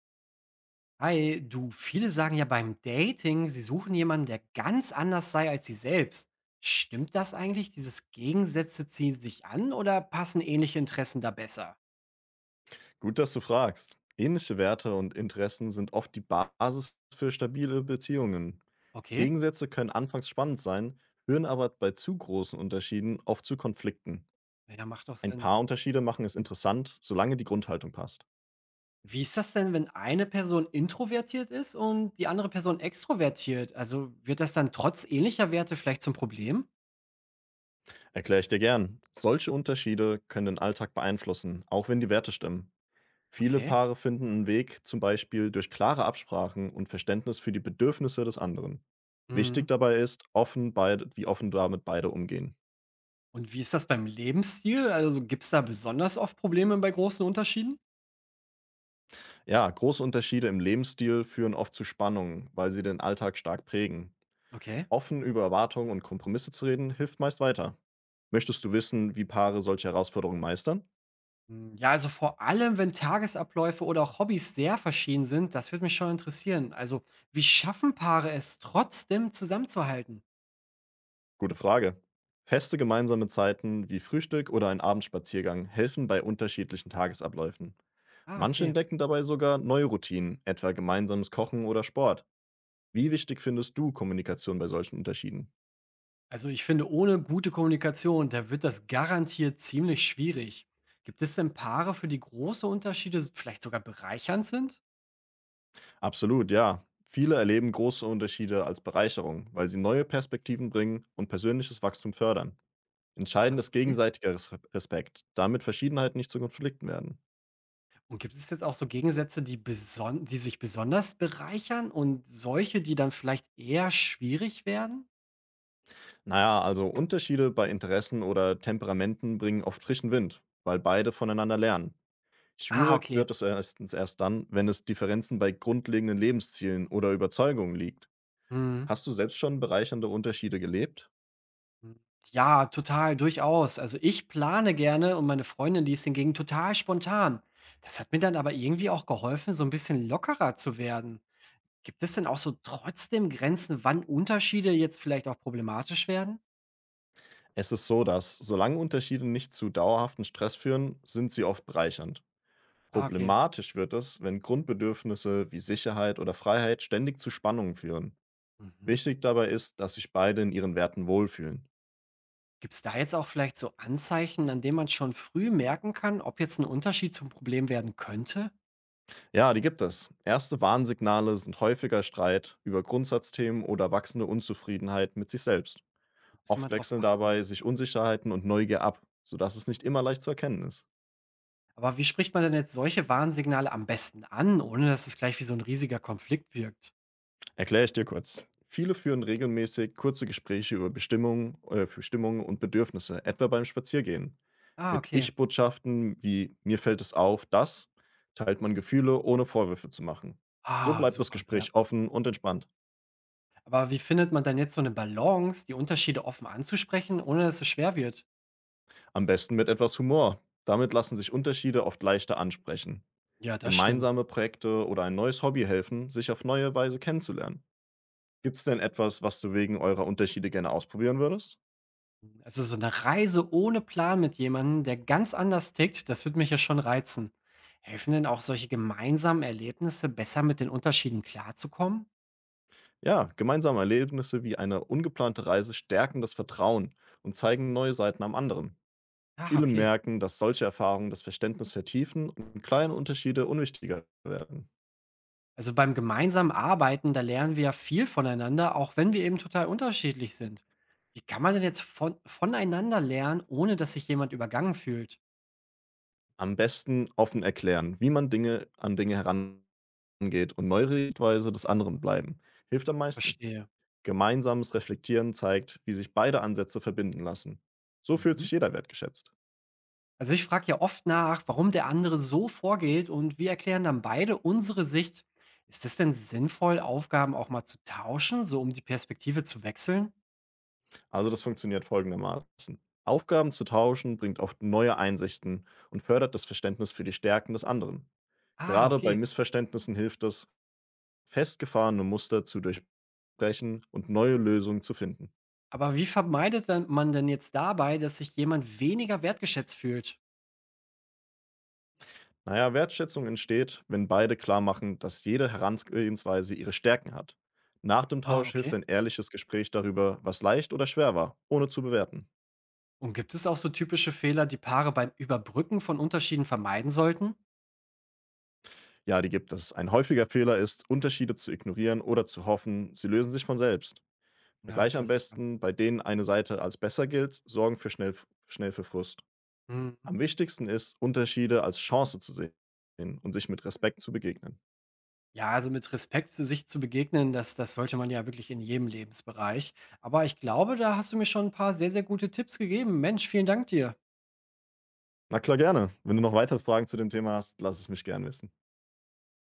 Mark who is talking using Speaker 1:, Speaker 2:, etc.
Speaker 1: Hi, du, viele sagen ja beim Dating, sie suchen jemanden, der ganz anders sei als sie selbst. Stimmt das eigentlich? Dieses Gegensätze ziehen sich an oder passen ähnliche Interessen da besser?
Speaker 2: Gut, dass du fragst. Ähnliche Werte und Interessen sind oft die Basis für stabile Beziehungen.
Speaker 1: Okay,
Speaker 2: Gegensätze können anfangs spannend sein, führen aber bei zu großen Unterschieden oft zu Konflikten.
Speaker 1: ja, macht doch
Speaker 2: Ein
Speaker 1: Sinn.
Speaker 2: paar Unterschiede machen es interessant, solange die Grundhaltung passt.
Speaker 1: Wie ist das denn, wenn eine Person introvertiert ist und die andere Person extrovertiert? Also wird das dann trotz ähnlicher Werte vielleicht zum Problem?
Speaker 2: Erkläre ich dir gern. Solche Unterschiede können den Alltag beeinflussen, auch wenn die Werte stimmen. Viele
Speaker 1: Okay.
Speaker 2: Paare finden einen Weg, zum Beispiel durch klare Absprachen und Verständnis für die Bedürfnisse des anderen.
Speaker 1: Mhm.
Speaker 2: Wichtig dabei ist, offen damit beide umgehen.
Speaker 1: Und wie ist das beim Lebensstil? Also gibt es da besonders oft Probleme bei großen Unterschieden?
Speaker 2: Ja, große Unterschiede im Lebensstil führen oft zu Spannungen, weil sie den Alltag stark prägen.
Speaker 1: Okay.
Speaker 2: Offen über Erwartungen und Kompromisse zu reden, hilft meist weiter. Möchtest du wissen, wie Paare solche Herausforderungen meistern?
Speaker 1: Hm, ja, also vor allem, wenn Tagesabläufe oder auch Hobbys sehr verschieden sind, das würde mich schon interessieren. Also, wie schaffen Paare es trotzdem zusammenzuhalten?
Speaker 2: Gute Frage. Feste gemeinsame Zeiten wie Frühstück oder ein Abendspaziergang helfen bei unterschiedlichen Tagesabläufen.
Speaker 1: Ah,
Speaker 2: Manche
Speaker 1: okay.
Speaker 2: entdecken dabei sogar neue Routinen, etwa gemeinsames Kochen oder Sport. Wie wichtig findest du Kommunikation bei solchen Unterschieden?
Speaker 1: Also, ich finde, ohne gute Kommunikation, da wird das garantiert ziemlich schwierig. Gibt es denn Paare, für die große Unterschiede vielleicht sogar bereichernd sind?
Speaker 2: Absolut, ja. Viele erleben große Unterschiede als Bereicherung, weil sie neue Perspektiven bringen und persönliches Wachstum fördern. Entscheidend
Speaker 1: Ah,
Speaker 2: ist
Speaker 1: okay.
Speaker 2: gegenseitiger Respekt, damit Verschiedenheiten nicht zu Konflikten werden.
Speaker 1: Und gibt es jetzt auch so Gegensätze, die, beson die sich besonders bereichern und solche, die dann vielleicht eher schwierig werden?
Speaker 2: Naja, also Unterschiede bei Interessen oder Temperamenten bringen oft frischen Wind, weil beide voneinander lernen.
Speaker 1: Ah,
Speaker 2: Schwierig
Speaker 1: okay.
Speaker 2: wird es erst dann, wenn es Differenzen bei grundlegenden Lebenszielen oder Überzeugungen liegt.
Speaker 1: Mhm.
Speaker 2: Hast du selbst schon bereichernde Unterschiede gelebt?
Speaker 1: Hm. Ja, total, durchaus. Also ich plane gerne und meine Freundin, die ist hingegen total spontan. Das hat mir dann aber irgendwie auch geholfen, so ein bisschen lockerer zu werden. Gibt es denn auch so trotzdem Grenzen, wann Unterschiede jetzt vielleicht auch problematisch werden?
Speaker 2: Es ist so, dass solange Unterschiede nicht zu dauerhaften Stress führen, sind sie oft bereichernd.
Speaker 1: Ah, okay.
Speaker 2: Problematisch wird es, wenn Grundbedürfnisse wie Sicherheit oder Freiheit ständig zu Spannungen führen.
Speaker 1: Mhm.
Speaker 2: Wichtig dabei ist, dass sich beide in ihren Werten wohlfühlen.
Speaker 1: Gibt es da jetzt auch vielleicht so Anzeichen, an denen man schon früh merken kann, ob jetzt ein Unterschied zum Problem werden könnte?
Speaker 2: Ja, die gibt es. Erste Warnsignale sind häufiger Streit über Grundsatzthemen oder wachsende Unzufriedenheit mit sich selbst.
Speaker 1: Muss ich
Speaker 2: Oft
Speaker 1: mal drauf
Speaker 2: wechseln
Speaker 1: achten.
Speaker 2: dabei sich Unsicherheiten und Neugier ab, sodass es nicht immer leicht zu erkennen ist.
Speaker 1: Aber wie spricht man denn jetzt solche Warnsignale am besten an, ohne dass es gleich wie so ein riesiger Konflikt wirkt?
Speaker 2: Erkläre ich dir kurz. Viele führen regelmäßig kurze Gespräche über für Stimmungen und Bedürfnisse, etwa beim Spaziergehen.
Speaker 1: Ah,
Speaker 2: Mit
Speaker 1: okay.
Speaker 2: Ich-Botschaften wie mir fällt es auf, das teilt man Gefühle, ohne Vorwürfe zu machen. So
Speaker 1: Ah,
Speaker 2: bleibt das
Speaker 1: super, ja.
Speaker 2: Gespräch offen und entspannt.
Speaker 1: Aber wie findet man denn jetzt so eine Balance, die Unterschiede offen anzusprechen, ohne dass es schwer wird?
Speaker 2: Am besten mit etwas Humor. Damit lassen sich Unterschiede oft leichter ansprechen.
Speaker 1: Ja, das stimmt.
Speaker 2: Gemeinsame Projekte oder ein neues Hobby helfen, sich auf neue Weise kennenzulernen. Gibt es denn etwas, was du wegen eurer Unterschiede gerne ausprobieren würdest?
Speaker 1: Also, so eine Reise ohne Plan mit jemandem, der ganz anders tickt, das wird mich ja schon reizen. Helfen denn auch solche gemeinsamen Erlebnisse, besser mit den Unterschieden klarzukommen?
Speaker 2: Ja, gemeinsame Erlebnisse wie eine ungeplante Reise stärken das Vertrauen und zeigen neue Seiten am anderen.
Speaker 1: Ah,
Speaker 2: Viele
Speaker 1: okay.
Speaker 2: merken, dass solche Erfahrungen das Verständnis vertiefen und kleine Unterschiede unwichtiger werden.
Speaker 1: Also, beim gemeinsamen Arbeiten, da lernen wir ja viel voneinander, auch wenn wir eben total unterschiedlich sind. Wie kann man denn jetzt voneinander lernen, ohne dass sich jemand übergangen fühlt?
Speaker 2: Am besten offen erklären, wie man Dinge herangeht und neue Sichtweise des anderen bleiben, hilft am meisten.
Speaker 1: Verstehe.
Speaker 2: Gemeinsames Reflektieren zeigt, wie sich beide Ansätze verbinden lassen. So fühlt sich
Speaker 1: Mhm.
Speaker 2: jeder wertgeschätzt.
Speaker 1: Also ich frage ja oft nach, warum der andere so vorgeht und wir erklären dann beide unsere Sicht. Ist es denn sinnvoll, Aufgaben auch mal zu tauschen, so um die Perspektive zu wechseln?
Speaker 2: Also das funktioniert folgendermaßen. Aufgaben zu tauschen bringt oft neue Einsichten und fördert das Verständnis für die Stärken des anderen.
Speaker 1: Ah,
Speaker 2: Gerade bei
Speaker 1: okay.
Speaker 2: Missverständnissen hilft es, festgefahrene Muster zu durchbrechen und neue Lösungen zu finden.
Speaker 1: Aber wie vermeidet dann man denn jetzt dabei, dass sich jemand weniger wertgeschätzt fühlt?
Speaker 2: Naja, Wertschätzung entsteht, wenn beide klar machen, dass jede Herangehensweise ihre Stärken hat. Nach dem
Speaker 1: Ah,
Speaker 2: Tausch hilft
Speaker 1: okay.
Speaker 2: ein ehrliches Gespräch darüber, was leicht oder schwer war, ohne zu bewerten.
Speaker 1: Und gibt es auch so typische Fehler, die Paare beim Überbrücken von Unterschieden vermeiden sollten?
Speaker 2: Ja, die gibt es. Ein häufiger Fehler ist, Unterschiede zu ignorieren oder zu hoffen, sie lösen sich von selbst.
Speaker 1: Ja,
Speaker 2: Vergleich am
Speaker 1: Klassiker.
Speaker 2: besten, bei denen eine Seite als besser gilt, sorgen schnell für Frust.
Speaker 1: Hm.
Speaker 2: Am wichtigsten ist, Unterschiede als Chance zu sehen und sich mit Respekt zu begegnen.
Speaker 1: Ja, also mit Respekt sich zu begegnen, das sollte man ja wirklich in jedem Lebensbereich. Aber ich glaube, da hast du mir schon ein paar sehr, sehr gute Tipps gegeben. Mensch, vielen Dank dir.
Speaker 2: Na klar, gerne. Wenn du noch weitere Fragen zu dem Thema hast, lass es mich gern wissen.